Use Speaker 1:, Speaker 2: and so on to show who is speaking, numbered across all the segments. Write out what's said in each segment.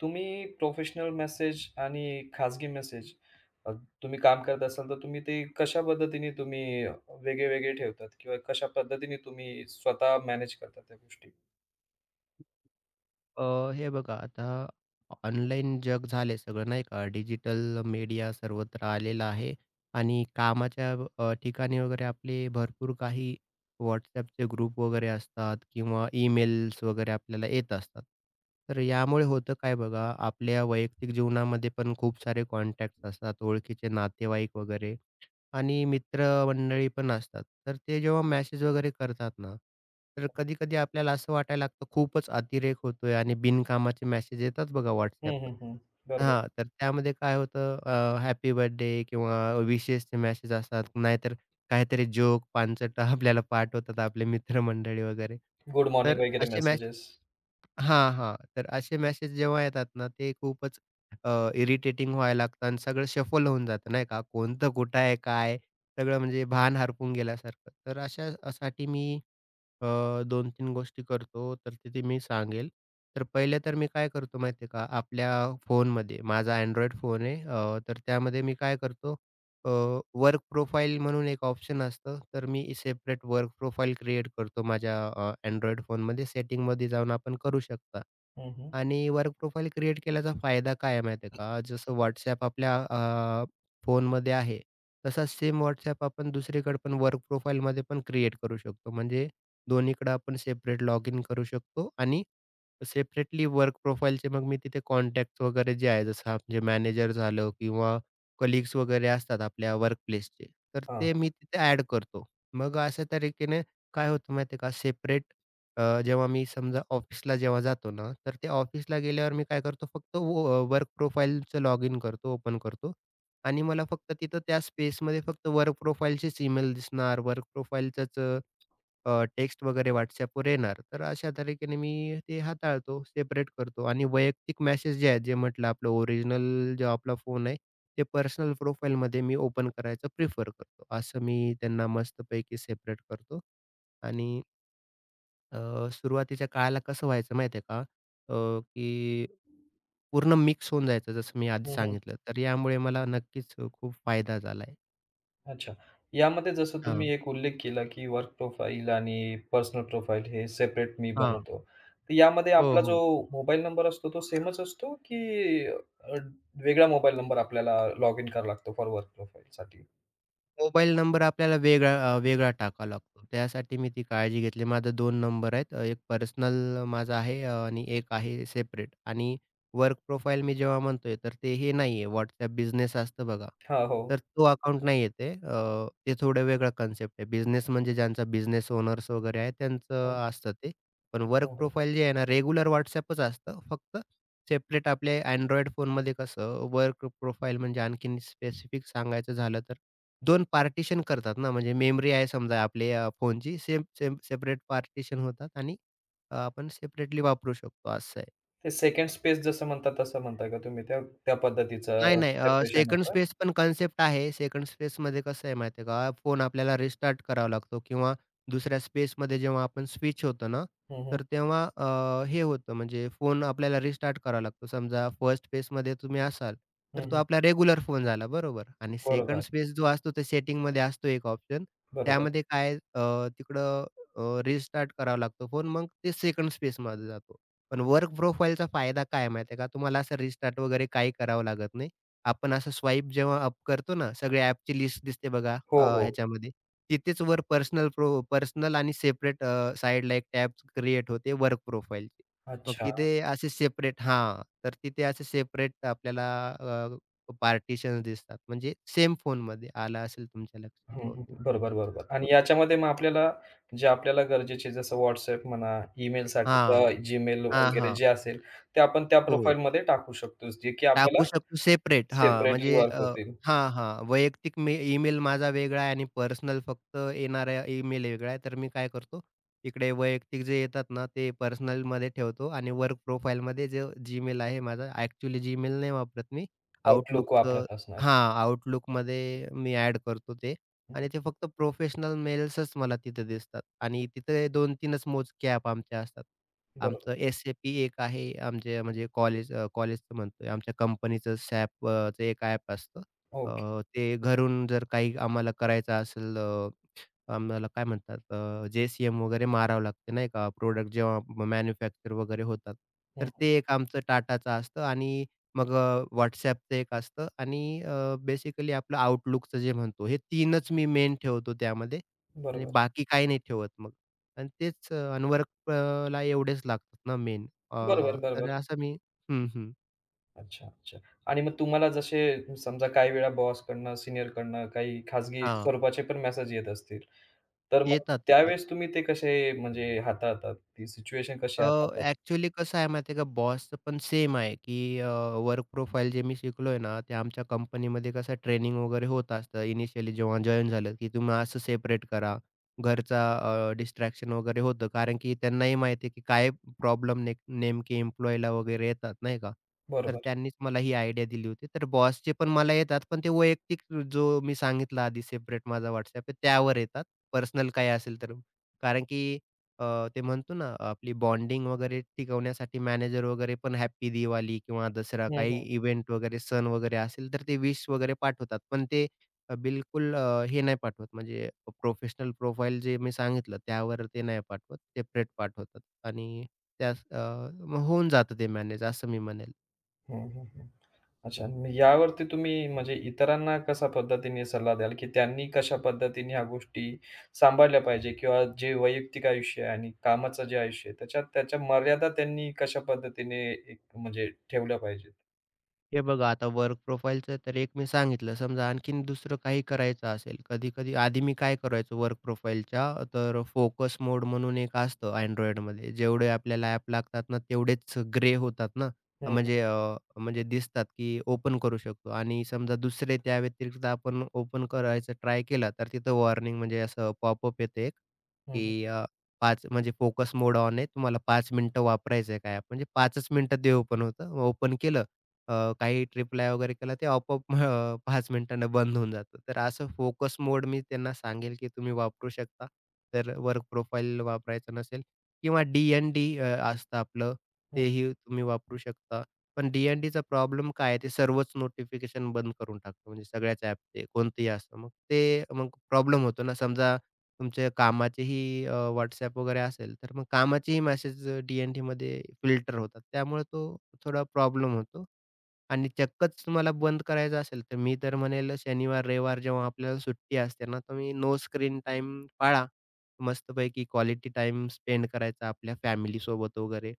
Speaker 1: तुम्ही professional message आणि खाजगी मेसेज अ, तुम्ही काम करत असाल तर तुम्ही ते कशा पद्धतीने वेगळे वेगळे ठेवतात किंवा कशा पद्धतीने तुम्ही स्वतः मॅनेज करतात त्या गोष्टी?
Speaker 2: हे बघा आता ऑनलाईन जग झाले सगळं नाही का? डिजिटल मीडिया सर्वत्र आलेला आहे आणि कामाच्या ठिकाणी वगैरे आपले भरपूर काही WhatsAppचे ग्रुप वगैरे असतात किंवा ईमेल्स वगैरे आपल्याला येत असतात. तर यामुळे होतं काय बघा, आपल्या वैयक्तिक जीवनामध्ये पण खूप सारे कॉन्टॅक्ट्स असतात, ओळखीचे नातेवाईक वगैरे. आणि मित्रमंडळी पण असतात. तर ते जेव्हा मॅसेज वगैरे करतात ना, तर कधी-कधी आपल्याला असं वाटायला लागतं खूपच अतिरेक होतोय आणि बिनकामाचे मॅसेज येतात बघा
Speaker 1: हं,
Speaker 2: WhatsAppवर.
Speaker 1: हं, हं. बरोबर.
Speaker 2: हां, तर त्यामध्ये काय होतं हॅपी बर्थडे किंवा विशेसचे मॅसेज असतात, नाहीतर काहीतरी जोक, पांचट आपल्याला पाठवतात आपले मित्रमंडळी वगैरे.
Speaker 1: गुड मॉर्निंग
Speaker 2: तर
Speaker 1: वगैरे
Speaker 2: असे मॅसेज
Speaker 1: मेसेजेस.
Speaker 2: हां, हां. तर असे मेसेज जेव्हा येतात ना, ते खूपच इरिटेटिंग व्हायला लागतं आणि सगळं शफल होऊन जातं नाही का? कोणतं कुठं आहे, काय? सगळं म्हणजे भान हरपून गेल्यासारखं. तर अशा साठी मी 2-3 गोष्टी करतो, तर तिथे मी सांगेल. तर पहिले तर मी काय करतो माहिती आहे का, आपल्या फोनमध्ये माझा Android फोन आहे, तर त्यामध्ये मी काय करतो, वर्क प्रोफाइल म्हणून एक ऑप्शन असतं, तर मी सेपरेट वर्क प्रोफाइल क्रिएट करतो माझ्या Android फोनमध्ये. सेटिंगमध्ये जाऊन आपण करू शकता.
Speaker 1: हं, हं.
Speaker 2: आणि वर्क प्रोफाइल क्रिएट केल्याचा फायदा काय आहे माहिती आहे का? जसं WhatsApp आपल्या फोनमध्ये आहे, तसाच सेम WhatsApp आपण दुसरीकडे पण वर्क प्रोफाइलमध्ये पण क्रिएट करू शकतो. म्हणजे दोन्हीकडे आपण सेपरेट लॉग इन करू शकतो आणि सेपरेटली वर्क प्रोफाइलचे मग मी तिथे कॉन्टॅक्ट्स वगैरे जे आहे, जसं म्हणजे मॅनेजर झालं किंवा कलीग्स वगैरे असतात आपल्या वर्कप्लेसचे, तर
Speaker 1: हां.
Speaker 2: ते मी तिथे ॲड करतो. मग अशा तरीकेने काय होतं माहिती आहे का? सेपरेट जेव्हा मी समजा ऑफिसला जेव्हा जातो ना, तर ते ऑफिसला गेल्यावर मी काय करतो फक्त वो वर्क प्रोफाईलचं लॉग इन करतो, ओपन करतो आणि मला फक्त तिथं त्या स्पेसमध्ये फक्त वर्क प्रोफाईलचीच ईमेल दिसणार, वर्क प्रोफाईलचंच टेक्स्ट वगैरे WhatsAppवर येणार. तर अशा तरीकेने मी ते हाताळतो, सेपरेट करतो आणि वैयक्तिक मेसेज जे आहेत, जे म्हटलं आपलं ओरिजिनल जो आपला फोन आहे, ते पर्सनल प्रोफाईलमध्ये मी ओपन करायचं प्रिफर करतो. असं मी त्यांना मस्तपैकी सेपरेट करतो आणि सुरुवातीच्या काळाला कसं व्हायचं माहिती आहे का? की पूर्ण मिक्स होऊन जायचं जसं मी आधी
Speaker 1: हं, हं.
Speaker 2: सांगितलं. तर यामुळे मला नक्कीच खूप फायदा झालाय.
Speaker 1: अच्छा. यामध्ये जसं
Speaker 2: हां,
Speaker 1: तुम्ही एक उल्लेख केला, की वर्क प्रोफाइल आणि पर्सनल प्रोफाइल हे सेपरेट मी
Speaker 2: हां.
Speaker 1: बनवतो. तर यामध्ये
Speaker 2: हो,
Speaker 1: आपला जो
Speaker 2: हो.
Speaker 1: मोबाईल नंबर असतो तो सेमच असतो, की वेगळा मोबाईल नंबर आपल्याला लॉग इन करावा लागतो फॉर वर्क प्रोफाइलसाठी?
Speaker 2: मोबाईल नंबर आपल्याला वेगळा टाकावा लागतो. त्यासाठी मी ती काळजी घेतली. माझे 2 नंबर आहेत. एक पर्सनल माझा आहे आणि एक आहे सेपरेट आणि वर्क प्रोफाइल मी जेव्हा म्हणतोय तर ते हे नाही आहे WhatsApp बिझनेस असतं बघा.
Speaker 1: हां, हो.
Speaker 2: तर तो अकाउंट नाही आहे ते. ते थोडं वेगळं कन्सेप्ट आहे. बिझनेस म्हणजे ज्यांचा बिझनेस ओनर्स वगैरे आहे त्यांचं
Speaker 1: हं.
Speaker 2: असतं ते. पण वर्क
Speaker 1: हो, हो.
Speaker 2: प्रोफाइल जे आहे ना रेग्युलर WhatsAppच असतं. फक्त सेपरेट आपले Android फोनमध्ये कसं वर्क प्रोफाइल म्हणजे आणखीन स्पेसिफिक सांगायचं झालं तर दोन पार्टिशन करतात ना, म्हणजे मेमरी आहे समजा आपले फोनची सेम सेम सेपरेट पार्टिशन होतात आणि आपण सेपरेटली वापरू शकतो असं आहे.
Speaker 1: ते सेकंड स्पेस जसं म्हणतात तसं म्हणताय का तुम्ही? त्या त्या
Speaker 2: नाही,
Speaker 1: पद्धतीचं
Speaker 2: नाही.
Speaker 1: सेपरेशन
Speaker 2: सेकंड
Speaker 1: होतं.
Speaker 2: स्पेस पण कन्सेप्ट आहे. सेकंड स्पेसमध्ये कसं आहे माहिती आहे का, फोन आपल्याला रिस्टार्ट करावा लागतो किंवा दुसऱ्या स्पेसमध्ये जेव्हा आपण स्विच होतो ना,
Speaker 1: हं, हं.
Speaker 2: तर तेव्हा हे होतं म्हणजे फोन आपल्याला रिस्टार्ट करावा लागतो. समजा फर्स्ट स्पेसमध्ये तुम्ही असाल, तर
Speaker 1: हं,
Speaker 2: तो
Speaker 1: हं.
Speaker 2: आपला रेग्युलर फोन झाला बरोबर आणि सेकंड
Speaker 1: बरोबर,
Speaker 2: स्पेस जो असतो ते सेटिंगमध्ये असतो एक ऑप्शन.
Speaker 1: बरोबर.
Speaker 2: त्यामध्ये काय अ, तिकडं रिस्टार्ट करावा लागतो फोन. मग ते सेकंड स्पेसमध्ये जातो. पण वर्क प्रोफाईलचा फायदा काय माहिती आहे का, तुम्हाला असं रिस्टार्ट वगैरे काही करावं लागत नाही. आपण असं स्वाईप जेव्हा अप करतो ना, सगळ्या ॲपची लिस्ट दिसते बघा
Speaker 1: हो, हो.
Speaker 2: ह्याच्यामध्ये. तिथेच वर पर्सनल आणि सेपरेट एक टॅब क्रिएट होते वर्क प्रोफाइलची. मग
Speaker 1: अच्छा.
Speaker 2: तिथे तर तिथे असे सेपरेट आपल्याला अ, पार्टिशन्स दिसतात. म्हणजे सेम फोनमध्ये आलं असेल तुमच्या लक्षात
Speaker 1: हं, हं,
Speaker 2: बहुतेक.
Speaker 1: हं. बरोबर, बरोबर. आणि
Speaker 2: हं.
Speaker 1: याच्यामध्ये मग आपल्याला जे आपल्याला गरजेचे जसं WhatsApp म्हणा, ईमेलसाठीचा
Speaker 2: हां.
Speaker 1: Gmail
Speaker 2: हां,
Speaker 1: वगैरे
Speaker 2: हां.
Speaker 1: जे असेल, ते आपण त्या
Speaker 2: हो.
Speaker 1: प्रोफाईलमध्ये टाकू शकतो, जे की
Speaker 2: टाकू
Speaker 1: आपल्याला
Speaker 2: शकतो सेपरेट.
Speaker 1: सेपरेटली वर्क होतील.
Speaker 2: हां, हां. वैयक्तिक मी ईमेल माझा वेगळा आहे आणि पर्सनल फक्त येणारा ईमेल वेगळा आहे. तर मी काय करतो, इकडे वैयक्तिक जे येतात ना, ते पर्सनलमध्ये ठेवतो आणि वर्क प्रोफाइलमध्ये जे Gmail आहे माझा, ॲक्चुअली Gmail नाही वापरत मी.
Speaker 1: Outlook
Speaker 2: Outlookचं
Speaker 1: वापरत असणार.
Speaker 2: हां, Outlookमध्ये मी ॲड करतो ते
Speaker 1: हं,
Speaker 2: आणि ते फक्त प्रोफेशनल मेल्सच मला तिथे दिसतात आणि तिथे 2-3च मोजके ॲप आमचे असतात.
Speaker 1: बरोबर.
Speaker 2: आमचं एस-ए-पी एक आहे, आमचे म्हणजे कॉलेजचं म्हणतोय, आमच्या कंपनीचं सॅपचं एक ॲप असतं.
Speaker 1: ओके.
Speaker 2: ते घरून जर काही आम्हाला करायचं असेल आम्हाला काय म्हणतात जे-सी-एम वगैरे मारावं लागते नाही का, प्रोडक्ट जेव्हा मॅन्युफॅक्चर वगैरे होतात.
Speaker 1: हं,
Speaker 2: तर ते
Speaker 1: हं.
Speaker 2: एक आमचं टाटाचं असतं आणि मग WhatsAppचं एक असतं आणि बेसिकली आपलं Outlookचं जे म्हणतो, हे तीनच मी मेन ठेवतो त्यामध्ये आणि
Speaker 1: बरोबर.
Speaker 2: बाकी काही नाही ठेवत मग. आणि तेच ला एवढेच लागतात ना मेन.
Speaker 1: बरोबर,
Speaker 2: तर
Speaker 1: बरोबर.
Speaker 2: असं मी हं, हं.
Speaker 1: अच्छा, अच्छा. आणि मग तुम्हाला जसे समजा काही वेळा बॉसकडनं, सीनियरकडनं काही खाजगी
Speaker 2: हां.
Speaker 1: स्वरूपाचे पण मेसेज येत असतील, तर मग
Speaker 2: येतात, येतात.
Speaker 1: त्यावेळेस तुम्ही ते कसे म्हणजे हाताळतात? ती सिच्युएशन कशी
Speaker 2: अ,
Speaker 1: हाताळतात?
Speaker 2: ॲक्चुअली कसं आहे माहिती आहे का, बॉसचं पण सेम आहे, की वर्क प्रोफाईल जे मी शिकलोय ना, ते आमच्या कंपनीमध्ये कसं ट्रेनिंग वगैरे होत असतं इनिशियली जेव्हा जॉइन झालं, की तुम्ही असं सेपरेट करा. घरचा डिस्ट्रॅक्शन वगैरे होतं. कारण की त्यांनाही माहिती आहे, की काय प्रॉब्लेम ने नेमके एम्प्लॉयीला वगैरे येतात, नाही का? तर
Speaker 1: बरोबर.
Speaker 2: त्यांनीच मला ही आयडिया दिली होती. तर बॉसचे पण मला येतात, पण ते वैयक्तिक जो मी सांगितला आधी सेपरेट माझा WhatsApp त्यावर येतात. पर्सनल काही असेल तर. कारण की ते म्हणतो ना, आपली बॉन्डिंग वगैरे टिकवण्यासाठी मॅनेजर वगैरे पण हॅपी दिवाळी किंवा दसरा
Speaker 1: हं,
Speaker 2: काही
Speaker 1: हं.
Speaker 2: इव्हेंट वगैरे, सण वगैरे असेल, तर ते विश वगैरे पाठवतात. पण ते बिलकुल हे नाही पाठवत, म्हणजे प्रोफेशनल प्रोफाईल जे मी सांगितलं, त्यावर ते नाही पाठवत. सेपरेट पाठवतात आणि त्यास होऊन जातं ते मॅनेज, असं मी म्हणेल.
Speaker 1: हं, हं, हं. अच्छा. मग यावरती तुम्ही म्हणजे इतरांना कशा पद्धतीने सल्ला द्याल, की त्यांनी कशा पद्धतीने ह्या गोष्टी सांभाळल्या पाहिजे किंवा जे वैयक्तिक आयुष्य आहे आणि कामाचं जे आयुष्य आहे, त्याच्या मर्यादा त्यांनी कशा पद्धतीने एक म्हणजे ठेवल्या पाहिजेत?
Speaker 2: हे बघा आता वर्क प्रोफाईलचं तर एक मी सांगितलं. समजा आणखीन दुसरं काही करायचं असेल, कधी-कधी आधी मी काय करायचो वर्क प्रोफाईलच्या तर फोकस मोड म्हणून एक असतं Androidमध्ये. जेवढे आपल्याला ॲप लागतात ना, तेवढेच ग्रे होतात ना,
Speaker 1: हं,
Speaker 2: म्हणजे दिसतात की ओपन करू शकतो आणि समजा दुसरे त्या व्यतिरिक्त आपण ओपन करायचं ट्राय केला, तर तिथं वॉर्निंग म्हणजे असं पॉपअप येतं एक
Speaker 1: हं, हं,
Speaker 2: की अ, 5 म्हणजे फोकस मोड ऑन आहे. तुम्हाला 5 मिनिटं वापरायचं आहे काय ॲप म्हणजे 5च मिनिटं ते ओपन होतं. ओपन केलं काही रिप्लाय वगैरे केला ते आपोआप 5 मिनिटांनं बंद होऊन जातं. तर असं फोकस मोड मी त्यांना सांगेल, की तुम्ही वापरू शकता. तर वर्क प्रोफाइल वापरायचं नसेल किंवा डी-एन-डी असतं आपलं
Speaker 1: हं.
Speaker 2: तेही तुम्ही वापरू शकता. पण डी-एन-डीचा प्रॉब्लेम काय आहे ते सर्वच नोटिफिकेशन बंद करून टाकतं म्हणजे सगळ्याच ॲपचे कोणतेही असो. मग प्रॉब्लेम होतो ना समजा तुमच्या कामाचेही वगैरे असेल तर मग कामाचेही मेसेज डी-एन-डीमध्ये फिल्टर होतात. त्यामुळे तो थोडा प्रॉब्लेम होतो. आणि चक्कच तुम्हाला बंद करायचं असेल, तर मी तर म्हणेल शनिवार, रविवार जेव्हा आपल्याला सुट्टी असते ना, तुम्ही नो स्क्रीन टाईम पाळा. मस्तपैकी क्वालिटी टाइम स्पेंड करायचा आपल्या फॅमिलीसोबत वगैरे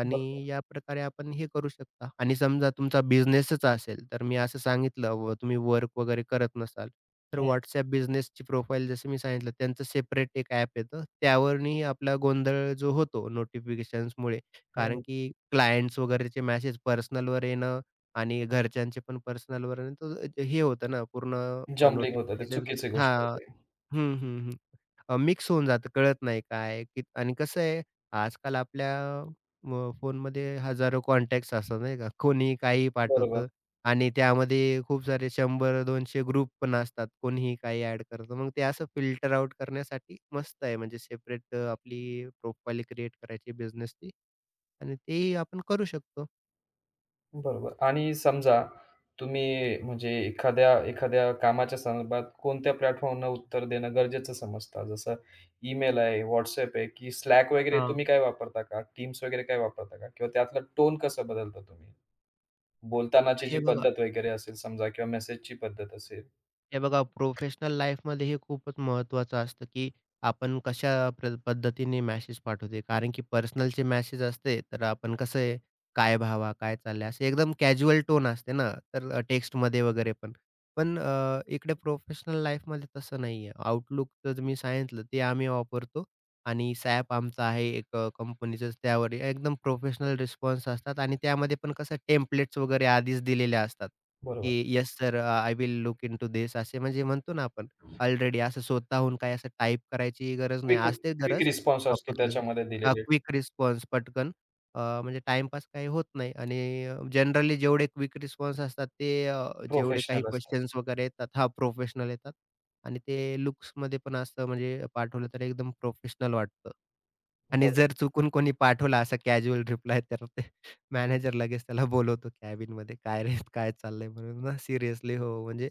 Speaker 2: आणि
Speaker 1: बरं.
Speaker 2: या प्रकारे आपण हे करू शकता. आणि समजा तुमचा बिझनेसच असेल, तर मी असं सांगितलं व तुम्ही वर्क वगैरे करत नसाल, तर
Speaker 1: हं,
Speaker 2: WhatsApp बिझनेसची प्रोफाईल जसं मी सांगितलं, त्यांचं सेपरेट एक ॲप येतं. त्यावरनी आपला गोंधळ जो होतो नोटिफिकेशन्समुळे
Speaker 1: हं,
Speaker 2: कारण
Speaker 1: हं.
Speaker 2: की क्लायंट्स वगैरेचे मेसेज पर्सनलवर येणं आणि घरच्यांचे पण पर्सनलवरून तो हे होतं ना पूर्ण अ,
Speaker 1: जंबलिंग होतं ते.
Speaker 2: नोटिफिकेशन
Speaker 1: चुकीची गोष्ट आहे
Speaker 2: हां.
Speaker 1: ते.
Speaker 2: हं, हं, हं. अ, मिक्स होऊन जातं कळत नाही काय आहे की आणि कसं आहे आजकाल आपल्या फोनमध्ये हजारो कॉन्टॅक्ट्स असतात नाही का. कोणीही काहीही
Speaker 1: बरोबर.
Speaker 2: पाठवतं आणि त्यामध्ये खूप सारे 100-200 ग्रुप पण असतात. कोणीही काही ॲड करतं. मग ते असं फिल्टर आउट करण्यासाठी मस्त आहे म्हणजे सेपरेट आपली प्रोफाइल क्रिएट करायची बिझनेसची आणि तेही आपण करू शकतो.
Speaker 1: बरोबर आणि समजा तुम्ही म्हणजे एखाद्या एखाद्या कामाच्या संदर्भात कोणत्या प्लॅटफॉर्मला उत्तर देणं गरजेचं समजता? जसं ईमेल आहे, WhatsApp आहे की Slack वगैरे
Speaker 2: हां,
Speaker 1: तुम्ही काय वापरता का? टीम्स वगैरे काय वापरता का? किंवा त्यातला टोन कसं बदलता तुम्ही? बोलतानाची जी
Speaker 2: हे बघा
Speaker 1: पद्धत वगैरे असेल समजा किंवा मेसेजची पद्धत असेल.
Speaker 2: हे बघा प्रोफेशनल लाईफमध्ये हे खूपच महत्त्वाचं असतं, की आपण कशा पद्धतीने मेसेज पाठवते. कारण की पर्सनलचे मेसेज असते, तर आपण कसं आहे, "काय भावा? काय चाललंय?" असे एकदम कॅज्युअल टोन असते ना, तर टेक्स्टमध्ये वगैरे पण. पण इकडे प्रोफेशनल लाईफमध्ये तसं नाहीये. Outlookचं मी सांगितलं, ते आम्ही वापरतो. आणि SAP आमचा आहे एक कंपनीचंच त्यावर एकदम प्रोफेशनल रिस्पॉन्स असतात आणि त्यामध्ये पण कसं टेम्पलेट्स वगैरे आधीच दिलेल्या असतात, की
Speaker 1: बरोबर.
Speaker 2: Yes sir I will look into this असे म्हणजे म्हणतो ना आपण ऑलरेडी असं स्वतःहून काही असं टाइप करायची गरज नाही.
Speaker 1: क्विक
Speaker 2: असते
Speaker 1: क्विक
Speaker 2: गरज
Speaker 1: रिस्पॉन्स असतो
Speaker 2: टॉपिकमध्ये
Speaker 1: त्याच्यामध्ये दिलेले
Speaker 2: क्विक रिस्पॉन्स पटकन म्हणजे टाईमपास काही होत नाही आणि जनरली जेवढे क्विक रिस्पॉन्स असतात ते जेवढे काही
Speaker 1: प्रोफेशनल असतात.
Speaker 2: क्वेशन्स वगैरे येतात हां, प्रोफेशनल येतात. आणि ते लुक्समध्ये पण असं म्हणजे पाठवलं तर एकदम प्रोफेशनल वाटतं. आणि जर चुकून कोणी पाठवला असा कॅज्युअल रिप्लाय तर ते मॅनेजर लगेच त्याला बोलवतो कॅबिनमध्ये, "काय रे, काय चाललंय?" म्हणून ना सिरियसली हो, म्हणजे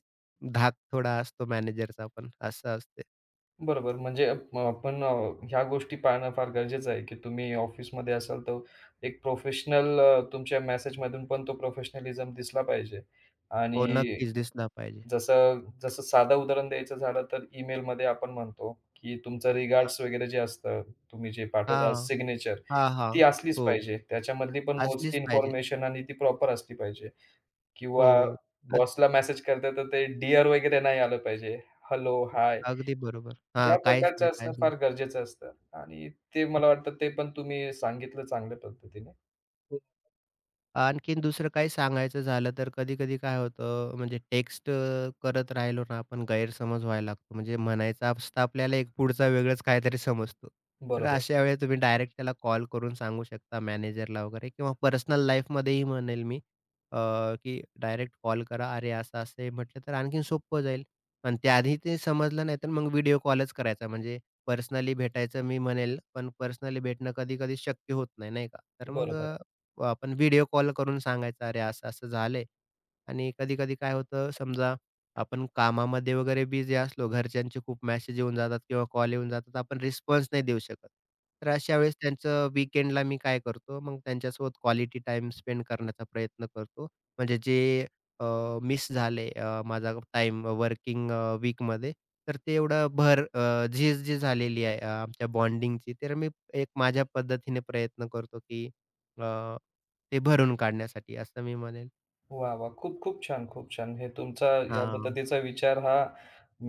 Speaker 2: धाक थोडा असतो मॅनेजरचा पण असं असते.
Speaker 1: बरोबर. म्हणजे म आपण ह्या गोष्टी पाळणं फार गरजेचं आहे, की तुम्ही ऑफिसमध्ये असाल तर एक प्रोफेशनल तुमच्या मेसेजमधून पण तो प्रोफेशनलिझम दिसला पाहिजे. हं.
Speaker 2: हो,
Speaker 1: आणि
Speaker 2: नक्कीच दिसला पाहिजे.
Speaker 1: जसं जसं साधं उदाहरण द्यायचं झालं तर ईमेलमध्ये आपण म्हणतो, की तुमचं
Speaker 2: हां,
Speaker 1: रिगार्ड्स वगैरे जे असतं, तुम्ही जे पाठवता
Speaker 2: हां,
Speaker 1: सिग्नेचर,
Speaker 2: हां, हां.
Speaker 1: ती असलीच
Speaker 2: हो,
Speaker 1: पाहिजे. त्याच्यामधली पण मोजकी
Speaker 2: असलीच पाहिजे.
Speaker 1: इन्फॉर्मेशन आणि ती प्रॉपर असली पाहिजे. किंवा
Speaker 2: हो, अग-
Speaker 1: बॉसला मेसेज करताय तर ते डिअर वगैरे नाही आलं पाहिजे. हेलो, हाय
Speaker 2: अगदी बरोबर.
Speaker 1: ह्या
Speaker 2: हां, काहीच
Speaker 1: प्रकारचं
Speaker 2: नाही,
Speaker 1: असणं
Speaker 2: काहीच नाही.
Speaker 1: फार गरजेचं असतं आणि ते मला वाटतं ते पण तुम्ही सांगितलं चांगल्या पद्धतीने.
Speaker 2: आणखीन दुसरं काही सांगायचं झालं तर कधी-कधी काय होतं म्हणजे टेक्स्ट करत राहिलो ना आपण गैरसमज व्हायला लागतो. म्हणजे म्हणायचा असतं आपल्याला एक पुढचा वेगळंच काहीतरी समजतो. तर
Speaker 1: बरोबर,
Speaker 2: अशा वेळी तुम्ही डायरेक्ट त्याला कॉल करून सांगू शकता मॅनेजरला वगैरे किंवा पर्सनल लाईफमध्येही म्हणेल मी अ, की डायरेक्ट कॉल करा. "अरे असं-असं आहे" म्हटलं तर आणखीन सोपं जाईल. पण त्याआधी ते समजलं नाही तर मग व्हिडिओ कॉलच करायचा. म्हणजे पर्सनली भेटायचं मी म्हणेल, पण पर्सनली भेटणं कधी-कधी शक्य होत नाही, नाही का? तर मग
Speaker 1: बरोबर.
Speaker 2: आपण व्हिडिओ कॉल करून सांगायचं, "अरे, असं-असं झालंय." आणि कधी-कधी काय होतं, समजा आपण कामामध्ये वगैरे बिझी असलो, घरच्यांचे खूप मेसेज येऊन जातात किंवा कॉल येऊन जातात, आपण रिस्पॉन्स नाही देऊ शकत. तर अशा वेळेस त्यांचं वीकेंडला मी काय करतो, मग त्यांच्यासोबत क्वालिटी टाईम स्पेंड करण्याचा प्रयत्न करतो. म्हणजे जे माझा टाईम वर्किंग वीकमध्ये, तर ते एवढं झीज जी झालेली आहे आमच्या बॉन्डिंगची, तर मी एक माझ्या पद्धतीने प्रयत्न करतो, की ते भरून काढण्यासाठी असं मी म्हणेल.
Speaker 1: वाह, वाह! खूप, खूप छान, खूप छान. हे तुमचा या
Speaker 2: हां.
Speaker 1: पद्धतीचा विचार हा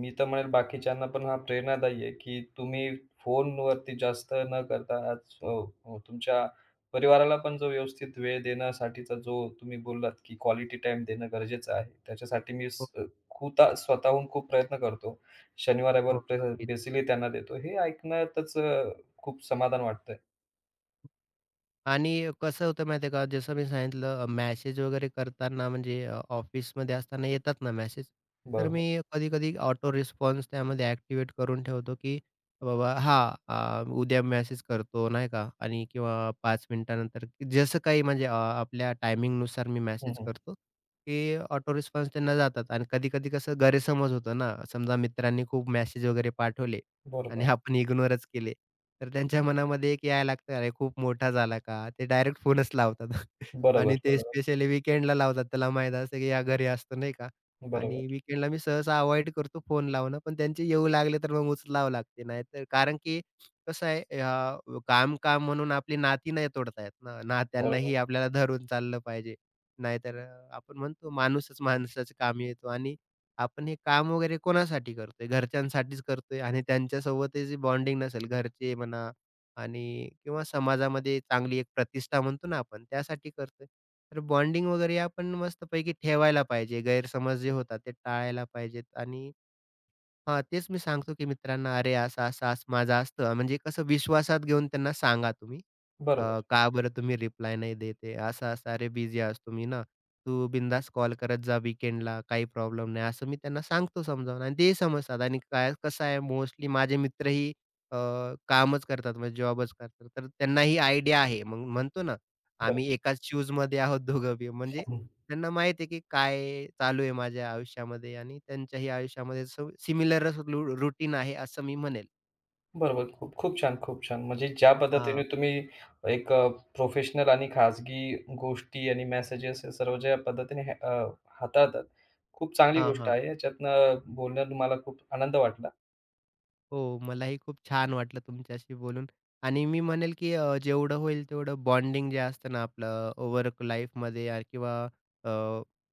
Speaker 1: मी तर म्हणेल बाकीच्यांना पण हा प्रेरणादायी आहे, की तुम्ही फोनवरती जास्त न करता आज अ, अ, तुमच्या परिवाराला पण जो व्यवस्थित वेळ देण्यासाठीचा जो तुम्ही बोललात, की क्वालिटी टाईम देणं गरजेचं आहे. त्याच्यासाठी मी स
Speaker 2: हो,
Speaker 1: स्वतःहून खूप प्रयत्न करतो. शनिवार,
Speaker 2: हो. नक्कीच.
Speaker 1: बेसिकली त्यांना देतो. हे ऐकण्यातच खूप समाधान वाटतंय.
Speaker 2: आणि कसं होतं माहिती आहे का, जसं मी सांगितलं मेसेज वगैरे करताना म्हणजे ऑफिसमध्ये असताना येतात ना मेसेज, तर
Speaker 1: बरोबर.
Speaker 2: मी कधी-कधी ऑटो रिस्पॉन्स त्यामध्ये ॲक्टिव्हेट करून ठेवतो, की बाबा उद्या मेसेज करतो नाही का आणि किंवा 5 मिनिटानंतर जसं काही म्हणजे आपल्या टायमिंगनुसार मी
Speaker 1: हं,
Speaker 2: मेसेज
Speaker 1: हं.
Speaker 2: करतो, की ऑटो रिस्पॉन्स त्यांना जातात आणि कधी-कधी कसं गैरसमज होतो ना, समजा मित्रांनी खूप मेसेज वगैरे पाठवले आणि आपण इग्नोरच केले. तर त्यांच्या मनामध्ये एक यायला लागतं, "अरे खूप मोठा झाला का?" ते डायरेक्ट फोनच लावतात आणि
Speaker 1: बरोबर,
Speaker 2: ते
Speaker 1: बरोबर.
Speaker 2: स्पेशली वीकेंडला लावतात. त्याला माहीत असतं, की या घरी असतो नाही का?
Speaker 1: बरोबर,
Speaker 2: आणि वीकेंडला मी सहसा अव्हॉइड करतो फोन लावणं, पण त्यांचे येऊ लागले तर मग उचलावं लागते. नाहीतर कारण की कसं आहे काम-काम म्हणून आपली नाती नाही तोडता येत ना.
Speaker 1: बरोबर,
Speaker 2: नात्यांनाही आपल्याला धरून चाललं पाहिजे. नाहीतर अ, आपण म्हणतो माणूसच माणसाचं कामी येतो आणि आपण हे काम वगैरे कोणासाठी करतोय? घरच्यांसाठीच करतोय आणि त्यांच्यासोबतची बॉन्डिंग नसेल, घरचे म्हणा आणि किंवा समाजामध्ये चांगली एक प्रतिष्ठा म्हणतो ना आपण, त्यासाठी करतोय. तर बॉन्डिंग वगैरे आपण मस्तपैकी ठेवायला पाहिजे. गैरसमज जे होतात ते टाळायला पाहिजेत आणि हां, तेच मी सांगतो की मित्रांना, "अरे, असं-असं असं असं माझं असतं." म्हणजे कसं विश्वासात घेऊन त्यांना सांगा तुम्ही, अ,
Speaker 1: बरोबर,
Speaker 2: "का बरं तुम्ही रिप्लाय नाही देत असं-असं, "अरे, बिझी असतो मी ना, तू बिनधास्त कॉल करत जा वीकेंडला, काही प्रॉब्लेम नाही." असं मी त्यांना सांगतो समजावून आणि ते समजतात आणि काय कसं आहे मोस्टली माझे मित्रही अ, कामच करतात म्हणजे जॉबच करतात. तर त्यांना आयडिया आहे. मग म्हणतो ना,
Speaker 1: बरोबर.
Speaker 2: आम्ही एकाच शूजमध्ये आहोत दोघं बी. म्हणजे
Speaker 1: हं.
Speaker 2: त्यांना माहिती आहे, की काय चालू आहे माझ्या आयुष्यामध्ये आणि त्यांच्याही आयुष्यामध्ये असं सिमिलर रूटीन आहे असं मी म्हणेल.
Speaker 1: बरोबर. खूप खूप छान, खूप छान. म्हणजे ज्या पद्धतीने
Speaker 2: हां,
Speaker 1: तुम्ही एक प्रोफेशनल आणि खाजगी गोष्टी आणि मेसेजेस या सर्व ज्या पद्धतीने हे हाताळतात, खूप चांगली
Speaker 2: हां,
Speaker 1: गोष्ट
Speaker 2: हां.
Speaker 1: आहे. याच्यातनं बोलण्यात मला खूप आनंद वाटला.
Speaker 2: हो, मलाही खूप छान वाटलं तुमच्याशी बोलून आणि मी म्हणेल, की जेवढं होईल तेवढं बॉन्डिंग जे असतं ना आपलं वर्क लाईफमध्ये या किंवा अ,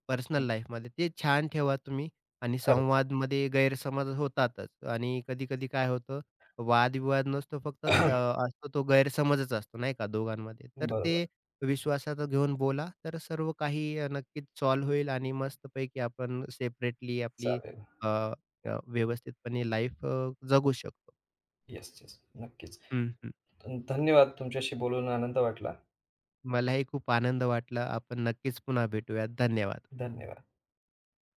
Speaker 2: पर्सनल
Speaker 1: हं,
Speaker 2: लाईफमध्ये ते छान ठेवा तुम्ही आणि
Speaker 1: खरंच.
Speaker 2: संवादमध्ये गैरसमज होतातच आणि कधी-कधी काय होतं वादविवाद नसतो फक्त असतो तो गैरसमजच असतो नाही का दोघांमध्ये. तर
Speaker 1: बरोबर.
Speaker 2: ते विश्वासात घेऊन बोला, तर सर्व काही नक्कीच सॉल्व्ह होईल आणि मस्तपैकी आपण सेपरेटली आपली
Speaker 1: चालेल.
Speaker 2: व्यवस्थितपणे लाईफ जगू शकतो.
Speaker 1: Yes, yes. नक्कीच.
Speaker 2: हं, हं.
Speaker 1: धन्यवाद. तुमच्याशी बोलून आनंद वाटला.
Speaker 2: मलाही खूप आनंद वाटला. आपण नक्कीच पुन्हा भेटूयात. धन्यवाद.
Speaker 1: धन्यवाद.